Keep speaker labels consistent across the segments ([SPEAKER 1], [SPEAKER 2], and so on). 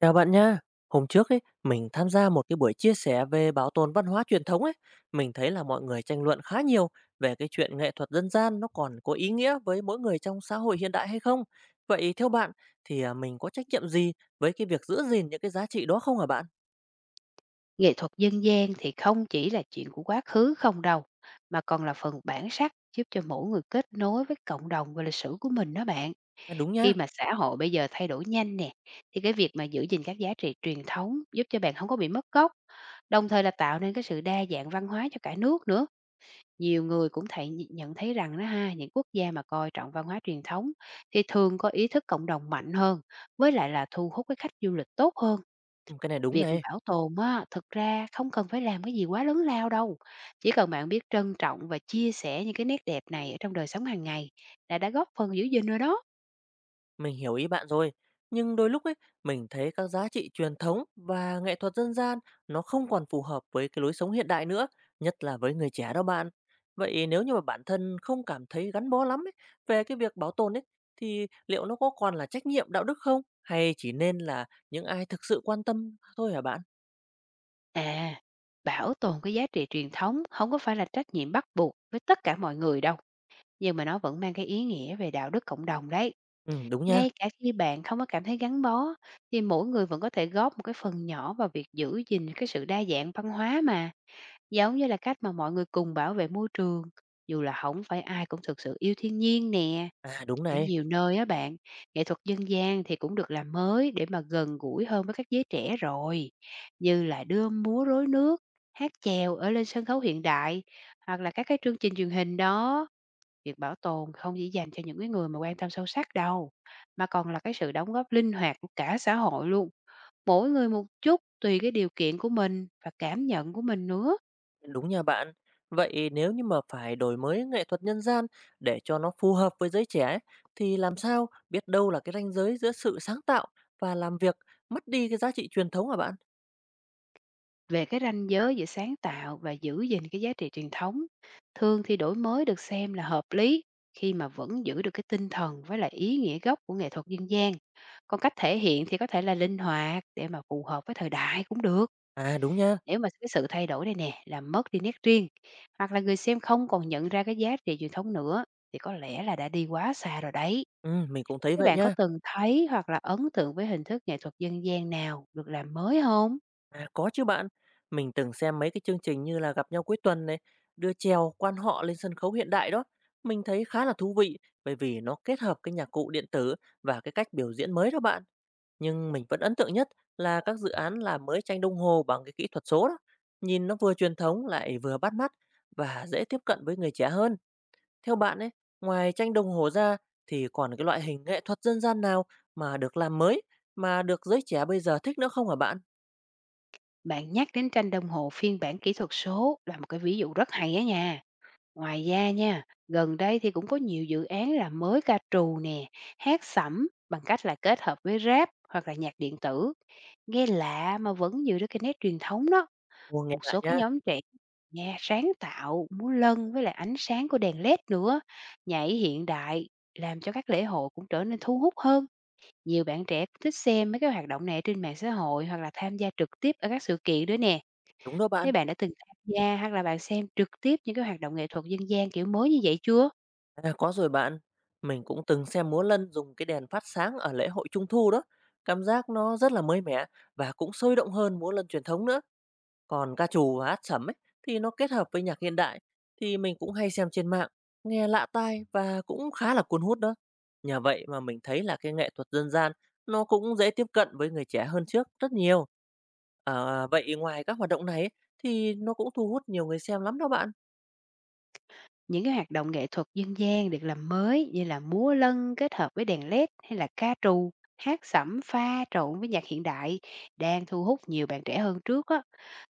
[SPEAKER 1] Chào bạn nha. Hôm trước ấy, mình tham gia một cái buổi chia sẻ về bảo tồn văn hóa truyền thống ấy, mình thấy là mọi người tranh luận khá nhiều về cái chuyện nghệ thuật dân gian nó còn có ý nghĩa với mỗi người trong xã hội hiện đại hay không. Vậy theo bạn thì mình có trách nhiệm gì với cái việc giữ gìn những cái giá trị đó không hả bạn?
[SPEAKER 2] Nghệ thuật dân gian thì không chỉ là chuyện của quá khứ không đâu, mà còn là phần bản sắc giúp cho mỗi người kết nối với cộng đồng và lịch sử của mình đó bạn.
[SPEAKER 1] À, đúng nha.
[SPEAKER 2] Khi mà xã hội bây giờ thay đổi nhanh nè, thì cái việc mà giữ gìn các giá trị truyền thống giúp cho bạn không có bị mất gốc, đồng thời là tạo nên cái sự đa dạng văn hóa cho cả nước nữa. Nhiều người cũng nhận thấy rằng đó ha, những quốc gia mà coi trọng văn hóa truyền thống thì thường có ý thức cộng đồng mạnh hơn, với lại là thu hút cái khách du lịch tốt hơn.
[SPEAKER 1] Ừ, cái này đúng
[SPEAKER 2] Việc
[SPEAKER 1] này.
[SPEAKER 2] bảo tồn á, thực ra không cần phải làm cái gì quá lớn lao đâu, chỉ cần bạn biết trân trọng và chia sẻ những cái nét đẹp này ở trong đời sống hàng ngày là đã góp phần giữ gìn rồi đó.
[SPEAKER 1] Mình hiểu ý bạn rồi, nhưng đôi lúc ấy mình thấy các giá trị truyền thống và nghệ thuật dân gian nó không còn phù hợp với cái lối sống hiện đại nữa, nhất là với người trẻ đó bạn. Vậy nếu như mà bản thân không cảm thấy gắn bó lắm ấy, về cái việc bảo tồn ấy thì liệu nó có còn là trách nhiệm đạo đức không hay chỉ nên là những ai thực sự quan tâm thôi hả bạn?
[SPEAKER 2] À, bảo tồn cái giá trị truyền thống không có phải là trách nhiệm bắt buộc với tất cả mọi người đâu, nhưng mà nó vẫn mang cái ý nghĩa về đạo đức cộng đồng đấy.
[SPEAKER 1] Ừ, đúng nha.
[SPEAKER 2] Ngay cả khi bạn không có cảm thấy gắn bó, thì mỗi người vẫn có thể góp một cái phần nhỏ vào việc giữ gìn cái sự đa dạng văn hóa mà. Giống như là cách mà mọi người cùng bảo vệ môi trường, dù là không phải ai cũng thực sự yêu thiên nhiên nè.
[SPEAKER 1] À, đúng
[SPEAKER 2] Ở
[SPEAKER 1] này.
[SPEAKER 2] nhiều nơi á bạn, nghệ thuật dân gian thì cũng được làm mới để mà gần gũi hơn với các giới trẻ rồi, như là đưa múa rối nước, hát chèo ở lên sân khấu hiện đại, hoặc là các cái chương trình truyền hình đó. Việc bảo tồn không chỉ dành cho những cái người mà quan tâm sâu sắc đâu, mà còn là cái sự đóng góp linh hoạt của cả xã hội luôn, mỗi người một chút tùy cái điều kiện của mình và cảm nhận của mình nữa.
[SPEAKER 1] Đúng nha bạn. Vậy nếu như mà phải đổi mới nghệ thuật nhân gian để cho nó phù hợp với giới trẻ thì làm sao biết đâu là cái ranh giới giữa sự sáng tạo và làm việc mất đi cái giá trị truyền thống hả bạn?
[SPEAKER 2] Về cái ranh giới giữa sáng tạo và giữ gìn cái giá trị truyền thống, thường thì đổi mới được xem là hợp lý khi mà vẫn giữ được cái tinh thần với lại ý nghĩa gốc của nghệ thuật dân gian. Còn cách thể hiện thì có thể là linh hoạt để mà phù hợp với thời đại cũng được.
[SPEAKER 1] À, đúng nha.
[SPEAKER 2] Nếu mà cái sự thay đổi này nè làm mất đi nét riêng, hoặc là người xem không còn nhận ra cái giá trị truyền thống nữa, thì có lẽ là đã đi quá xa rồi đấy.
[SPEAKER 1] Ừ, mình cũng thấy
[SPEAKER 2] Các
[SPEAKER 1] vậy
[SPEAKER 2] bạn có
[SPEAKER 1] nha.
[SPEAKER 2] từng thấy hoặc là ấn tượng với hình thức nghệ thuật dân gian nào được làm mới không?
[SPEAKER 1] À, có chứ bạn. Mình từng xem mấy cái chương trình như là Gặp nhau cuối tuần này, đưa chèo quan họ lên sân khấu hiện đại đó. Mình thấy khá là thú vị bởi vì nó kết hợp cái nhạc cụ điện tử và cái cách biểu diễn mới đó bạn. Nhưng mình vẫn ấn tượng nhất là các dự án làm mới tranh đồng hồ bằng cái kỹ thuật số đó. Nhìn nó vừa truyền thống lại vừa bắt mắt và dễ tiếp cận với người trẻ hơn. Theo bạn ấy, ngoài tranh đồng hồ ra thì còn cái loại hình nghệ thuật dân gian nào mà được làm mới mà được giới trẻ bây giờ thích nữa không hả bạn?
[SPEAKER 2] Bạn nhắc đến tranh đồng hồ phiên bản kỹ thuật số là một cái ví dụ rất hay á nha. Ngoài ra nha, gần đây thì cũng có nhiều dự án là mới ca trù nè, hát sẩm bằng cách là kết hợp với rap hoặc là nhạc điện tử. Nghe lạ mà vẫn giữ được cái nét truyền thống đó.
[SPEAKER 1] Ồ, nghe
[SPEAKER 2] Một
[SPEAKER 1] lại
[SPEAKER 2] số cái
[SPEAKER 1] nha.
[SPEAKER 2] nhóm trẻ nghe sáng tạo, múa lân với lại ánh sáng của đèn LED nữa, nhảy hiện đại, làm cho các lễ hội cũng trở nên thu hút hơn. Nhiều bạn trẻ cũng thích xem mấy cái hoạt động này trên mạng xã hội hoặc là tham gia trực tiếp ở các sự kiện nữa nè.
[SPEAKER 1] Đúng đó bạn.
[SPEAKER 2] Thế bạn đã từng tham gia hoặc là bạn xem trực tiếp những cái hoạt động nghệ thuật dân gian kiểu mới như vậy chưa?
[SPEAKER 1] À, có rồi bạn. Mình cũng từng xem múa lân dùng cái đèn phát sáng ở lễ hội Trung thu đó. Cảm giác nó rất là mới mẻ và cũng sôi động hơn múa lân truyền thống nữa. Còn ca trù và hát sẩm ấy thì nó kết hợp với nhạc hiện đại thì mình cũng hay xem trên mạng, nghe lạ tai và cũng khá là cuốn hút đó. Nhờ vậy mà mình thấy là cái nghệ thuật dân gian nó cũng dễ tiếp cận với người trẻ hơn trước rất nhiều. À, vậy ngoài các hoạt động này ấy, thì nó cũng thu hút nhiều người xem lắm đó bạn.
[SPEAKER 2] Những cái hoạt động nghệ thuật dân gian được làm mới như là múa lân kết hợp với đèn LED, hay là ca trù, hát sẩm pha trộn với nhạc hiện đại, đang thu hút nhiều bạn trẻ hơn trước á.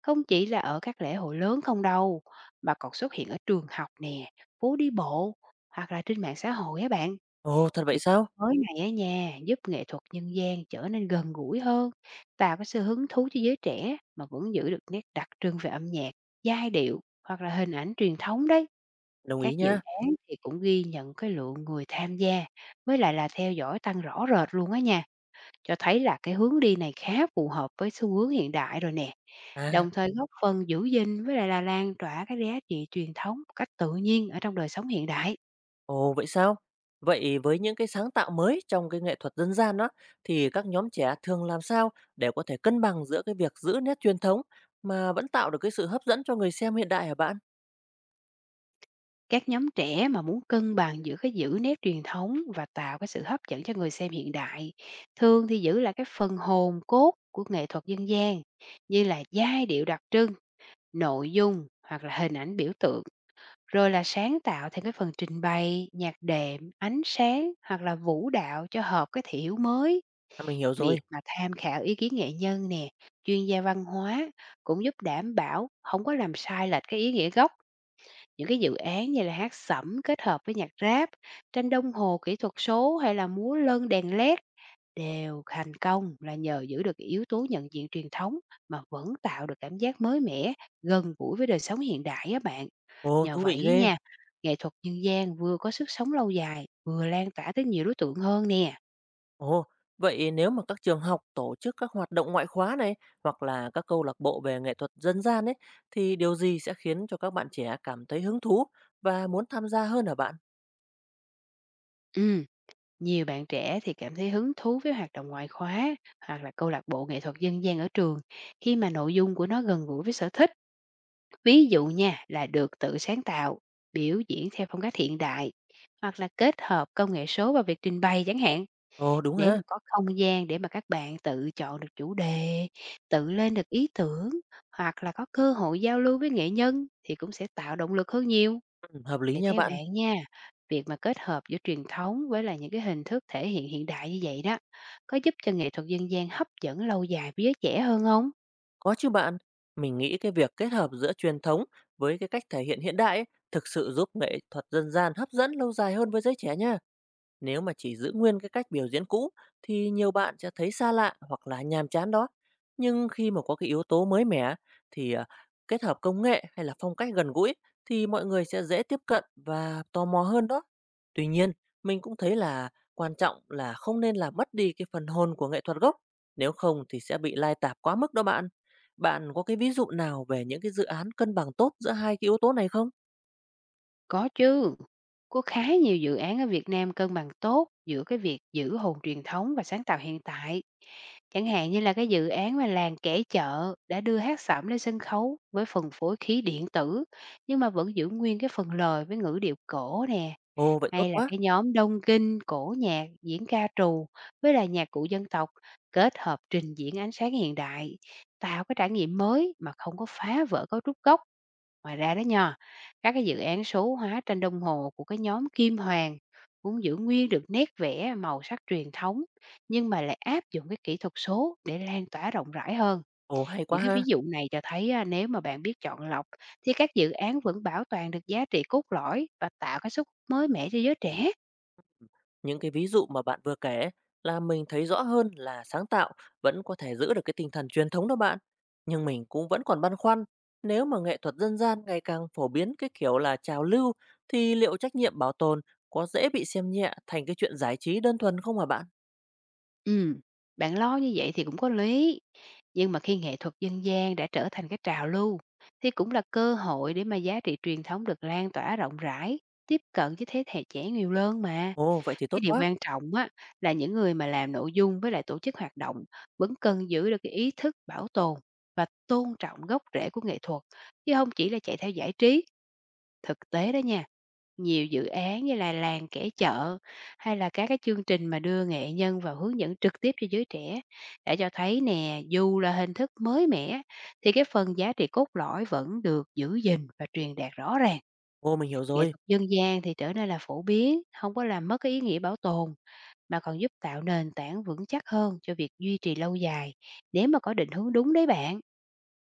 [SPEAKER 2] Không chỉ là ở các lễ hội lớn không đâu, mà còn xuất hiện ở trường học nè, phố đi bộ, hoặc là trên mạng xã hội á bạn.
[SPEAKER 1] Ồ, thật vậy
[SPEAKER 2] Việc
[SPEAKER 1] sao?
[SPEAKER 2] mới này á nha, giúp nghệ thuật nhân gian trở nên gần gũi hơn, tạo cái sự hứng thú cho giới trẻ mà vẫn giữ được nét đặc trưng về âm nhạc, giai điệu, hoặc là hình ảnh truyền thống đấy.
[SPEAKER 1] Đồng ý
[SPEAKER 2] Các dự
[SPEAKER 1] nha.
[SPEAKER 2] án thì cũng ghi nhận cái lượng người tham gia với lại là theo dõi tăng rõ rệt luôn á nha, cho thấy là cái hướng đi này khá phù hợp với xu hướng hiện đại rồi nè.
[SPEAKER 1] À,
[SPEAKER 2] Đồng thời góp phần giữ gìn với lại là lan tỏa cái giá trị truyền thống một cách tự nhiên ở trong đời sống hiện đại.
[SPEAKER 1] Ồ, vậy sao? Vậy với những cái sáng tạo mới trong cái nghệ thuật dân gian đó thì các nhóm trẻ thường làm sao để có thể cân bằng giữa cái việc giữ nét truyền thống mà vẫn tạo được cái sự hấp dẫn cho người xem hiện đại hả bạn?
[SPEAKER 2] Các nhóm trẻ mà muốn cân bằng giữa cái giữ nét truyền thống và tạo cái sự hấp dẫn cho người xem hiện đại, thường thì giữ lại cái phần hồn cốt của nghệ thuật dân gian như là giai điệu đặc trưng, nội dung hoặc là hình ảnh biểu tượng, rồi là sáng tạo thêm cái phần trình bày, nhạc đệm, ánh sáng hoặc là vũ đạo cho hợp cái thị hiếu mới.
[SPEAKER 1] À, mình hiểu
[SPEAKER 2] Việc
[SPEAKER 1] rồi.
[SPEAKER 2] mà tham khảo ý kiến nghệ nhân nè, chuyên gia văn hóa cũng giúp đảm bảo không có làm sai lệch cái ý nghĩa gốc. Những cái dự án như là hát sẩm kết hợp với nhạc rap, tranh đồng hồ kỹ thuật số, hay là múa lân đèn LED đều thành công là nhờ giữ được yếu tố nhận diện truyền thống mà vẫn tạo được cảm giác mới mẻ, gần gũi với đời sống hiện đại á bạn.
[SPEAKER 1] Ồ,
[SPEAKER 2] Nhờ
[SPEAKER 1] thú
[SPEAKER 2] vậy
[SPEAKER 1] vị
[SPEAKER 2] á
[SPEAKER 1] ghê.
[SPEAKER 2] nha, nghệ thuật dân gian vừa có sức sống lâu dài, vừa lan tỏa tới nhiều đối tượng hơn nè.
[SPEAKER 1] Ồ, vậy nếu mà các trường học tổ chức các hoạt động ngoại khóa này hoặc là các câu lạc bộ về nghệ thuật dân gian ấy thì điều gì sẽ khiến cho các bạn trẻ cảm thấy hứng thú và muốn tham gia hơn hả bạn?
[SPEAKER 2] Ừ, nhiều bạn trẻ thì cảm thấy hứng thú với hoạt động ngoại khóa hoặc là câu lạc bộ nghệ thuật dân gian ở trường khi mà nội dung của nó gần gũi với sở thích. Ví dụ nha, là được tự sáng tạo, biểu diễn theo phong cách hiện đại hoặc là kết hợp công nghệ số vào việc trình bày chẳng hạn.
[SPEAKER 1] Ồ, đúng
[SPEAKER 2] Để
[SPEAKER 1] ha.
[SPEAKER 2] mà có không gian để mà các bạn tự chọn được chủ đề, tự lên được ý tưởng, hoặc là có cơ hội giao lưu với nghệ nhân thì cũng sẽ tạo động lực hơn nhiều.
[SPEAKER 1] Ừ, hợp lý
[SPEAKER 2] Vậy
[SPEAKER 1] nha
[SPEAKER 2] theo
[SPEAKER 1] bạn.
[SPEAKER 2] bạn nha, việc mà kết hợp giữa truyền thống với là những cái hình thức thể hiện hiện đại như vậy đó, có giúp cho nghệ thuật dân gian hấp dẫn lâu dài với giới trẻ hơn không?
[SPEAKER 1] Có chứ bạn, mình nghĩ cái việc kết hợp giữa truyền thống với cái cách thể hiện hiện đại ấy, thực sự giúp nghệ thuật dân gian hấp dẫn lâu dài hơn với giới trẻ nha. Nếu mà chỉ giữ nguyên cái cách biểu diễn cũ thì nhiều bạn sẽ thấy xa lạ hoặc là nhàm chán đó. Nhưng khi mà có cái yếu tố mới mẻ thì kết hợp công nghệ hay là phong cách gần gũi thì mọi người sẽ dễ tiếp cận và tò mò hơn đó. Tuy nhiên, mình cũng thấy là quan trọng là không nên làm mất đi cái phần hồn của nghệ thuật gốc, nếu không thì sẽ bị lai tạp quá mức đó bạn. Bạn có cái ví dụ nào về những cái dự án cân bằng tốt giữa hai cái yếu tố này không?
[SPEAKER 2] Có chứ, có khá nhiều dự án ở Việt Nam cân bằng tốt giữa cái việc giữ hồn truyền thống và sáng tạo hiện tại. Chẳng hạn như là cái dự án mà làng kẻ chợ đã đưa hát sẩm lên sân khấu với phần phối khí điện tử, nhưng mà vẫn giữ nguyên cái phần lời với ngữ điệu cổ nè.
[SPEAKER 1] Ồ, vậy tốt
[SPEAKER 2] Hay là
[SPEAKER 1] quá.
[SPEAKER 2] cái nhóm Đông Kinh, cổ nhạc, diễn ca trù với là nhạc cụ dân tộc, kết hợp trình diễn ánh sáng hiện đại, tạo cái trải nghiệm mới mà không có phá vỡ cấu trúc gốc. Ngoài ra đó nha, các cái dự án số hóa tranh đồng hồ của cái nhóm Kim Hoàng cũng giữ nguyên được nét vẽ màu sắc truyền thống, nhưng mà lại áp dụng cái kỹ thuật số để lan tỏa rộng rãi hơn.
[SPEAKER 1] Ồ, hay quá
[SPEAKER 2] Những cái ví
[SPEAKER 1] ha.
[SPEAKER 2] dụ này cho thấy à, nếu mà bạn biết chọn lọc thì các dự án vẫn bảo toàn được giá trị cốt lõi và tạo cái sức mới mẻ cho giới trẻ.
[SPEAKER 1] Những cái ví dụ mà bạn vừa kể là mình thấy rõ hơn là sáng tạo vẫn có thể giữ được cái tinh thần truyền thống đó bạn. Nhưng mình cũng vẫn còn băn khoăn, nếu mà nghệ thuật dân gian ngày càng phổ biến cái kiểu là trào lưu thì liệu trách nhiệm bảo tồn có dễ bị xem nhẹ thành cái chuyện giải trí đơn thuần không hả bạn?
[SPEAKER 2] Ừm, bạn lo như vậy thì cũng có lý. Nhưng mà khi nghệ thuật dân gian đã trở thành cái trào lưu thì cũng là cơ hội để mà giá trị truyền thống được lan tỏa rộng rãi, tiếp cận với thế hệ trẻ nhiều hơn mà.
[SPEAKER 1] Ồ, vậy thì
[SPEAKER 2] Cái
[SPEAKER 1] tốt
[SPEAKER 2] điều
[SPEAKER 1] quá.
[SPEAKER 2] quan trọng á, là những người mà làm nội dung với lại tổ chức hoạt động vẫn cần giữ được cái ý thức bảo tồn và tôn trọng gốc rễ của nghệ thuật, chứ không chỉ là chạy theo giải trí. Thực tế đó nha, nhiều dự án như là làng kẻ chợ, hay là các cái chương trình mà đưa nghệ nhân vào hướng dẫn trực tiếp cho giới trẻ đã cho thấy nè, dù là hình thức mới mẻ thì cái phần giá trị cốt lõi vẫn được giữ gìn và truyền đạt rõ ràng.
[SPEAKER 1] Ồ, mình hiểu
[SPEAKER 2] Nghệ
[SPEAKER 1] rồi.
[SPEAKER 2] thuật dân gian thì trở nên là phổ biến, không có làm mất cái ý nghĩa bảo tồn mà còn giúp tạo nền tảng vững chắc hơn cho việc duy trì lâu dài nếu mà có định hướng đúng đấy bạn.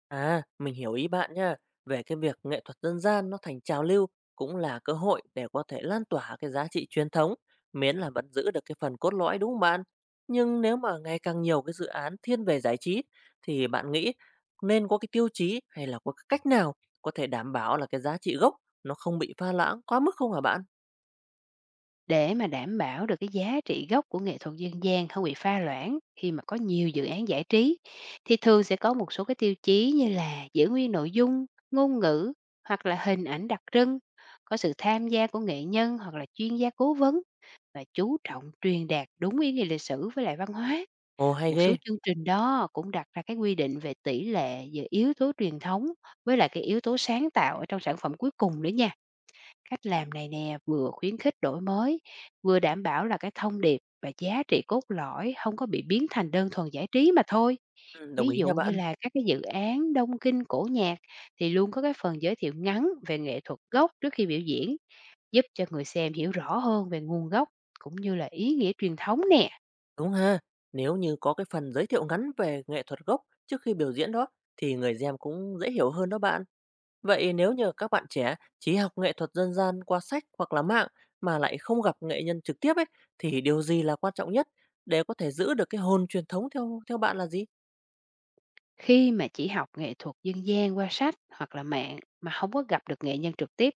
[SPEAKER 1] À, mình hiểu ý bạn nha. Về cái việc nghệ thuật dân gian nó thành trào lưu cũng là cơ hội để có thể lan tỏa cái giá trị truyền thống, miễn là vẫn giữ được cái phần cốt lõi đúng không bạn? Nhưng nếu mà ngày càng nhiều cái dự án thiên về giải trí thì bạn nghĩ nên có cái tiêu chí hay là có cái cách nào có thể đảm bảo là cái giá trị gốc nó không bị pha loãng quá mức không hả bạn?
[SPEAKER 2] Để mà đảm bảo được cái giá trị gốc của nghệ thuật dân gian không bị pha loãng khi mà có nhiều dự án giải trí, thì thường sẽ có một số cái tiêu chí như là giữ nguyên nội dung, ngôn ngữ hoặc là hình ảnh đặc trưng, có sự tham gia của nghệ nhân hoặc là chuyên gia cố vấn, và chú trọng truyền đạt đúng ý nghĩa lịch sử với lại văn hóa.
[SPEAKER 1] Ồ, hay
[SPEAKER 2] Một số
[SPEAKER 1] ghê.
[SPEAKER 2] chương trình đó cũng đặt ra cái quy định về tỷ lệ giữa yếu tố truyền thống với lại cái yếu tố sáng tạo ở trong sản phẩm cuối cùng nữa nha. Cách làm này nè vừa khuyến khích đổi mới, vừa đảm bảo là cái thông điệp và giá trị cốt lõi không có bị biến thành đơn thuần giải trí mà thôi.
[SPEAKER 1] Ừ, đồng
[SPEAKER 2] Ví
[SPEAKER 1] ý nha
[SPEAKER 2] dụ như
[SPEAKER 1] bạn.
[SPEAKER 2] là các cái dự án đông kinh cổ nhạc thì luôn có cái phần giới thiệu ngắn về nghệ thuật gốc trước khi biểu diễn, giúp cho người xem hiểu rõ hơn về nguồn gốc cũng như là ý nghĩa truyền thống nè.
[SPEAKER 1] Đúng ha. Nếu như có cái phần giới thiệu ngắn về nghệ thuật gốc trước khi biểu diễn đó thì người xem cũng dễ hiểu hơn đó bạn. Vậy nếu như các bạn trẻ chỉ học nghệ thuật dân gian qua sách hoặc là mạng mà lại không gặp nghệ nhân trực tiếp ấy thì điều gì là quan trọng nhất để có thể giữ được cái hồn truyền thống theo theo bạn là gì?
[SPEAKER 2] Khi mà chỉ học nghệ thuật dân gian qua sách hoặc là mạng mà không có gặp được nghệ nhân trực tiếp,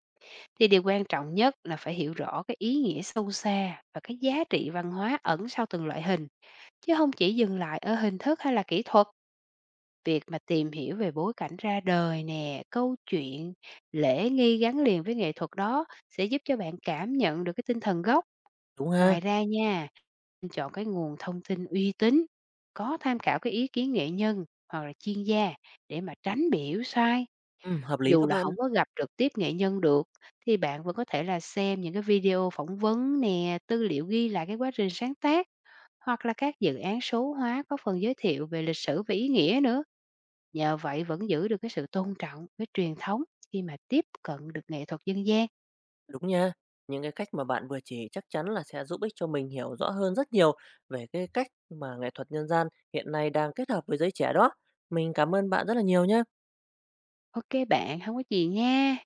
[SPEAKER 2] thì điều quan trọng nhất là phải hiểu rõ cái ý nghĩa sâu xa và cái giá trị văn hóa ẩn sau từng loại hình, chứ không chỉ dừng lại ở hình thức hay là kỹ thuật. Việc mà tìm hiểu về bối cảnh ra đời nè, câu chuyện, lễ nghi gắn liền với nghệ thuật đó sẽ giúp cho bạn cảm nhận được cái tinh thần gốc.
[SPEAKER 1] Đúng ha?
[SPEAKER 2] Ngoài ra nha, nên chọn cái nguồn thông tin uy tín, có tham khảo cái ý kiến nghệ nhân hoặc là chuyên gia để mà tránh bị hiểu sai.
[SPEAKER 1] Ừ, hợp lý đó
[SPEAKER 2] Dù là
[SPEAKER 1] bạn.
[SPEAKER 2] không có gặp trực tiếp nghệ nhân được, thì bạn vẫn có thể là xem những cái video phỏng vấn nè, tư liệu ghi lại cái quá trình sáng tác, hoặc là các dự án số hóa có phần giới thiệu về lịch sử và ý nghĩa nữa. Nhờ vậy vẫn giữ được cái sự tôn trọng với truyền thống khi mà tiếp cận được nghệ thuật dân gian.
[SPEAKER 1] Đúng nha. Những cái cách mà bạn vừa chỉ chắc chắn là sẽ giúp ích cho mình hiểu rõ hơn rất nhiều về cái cách mà nghệ thuật nhân gian hiện nay đang kết hợp với giới trẻ đó. Mình cảm ơn bạn rất là nhiều nhé.
[SPEAKER 2] OK bạn, không có gì nha.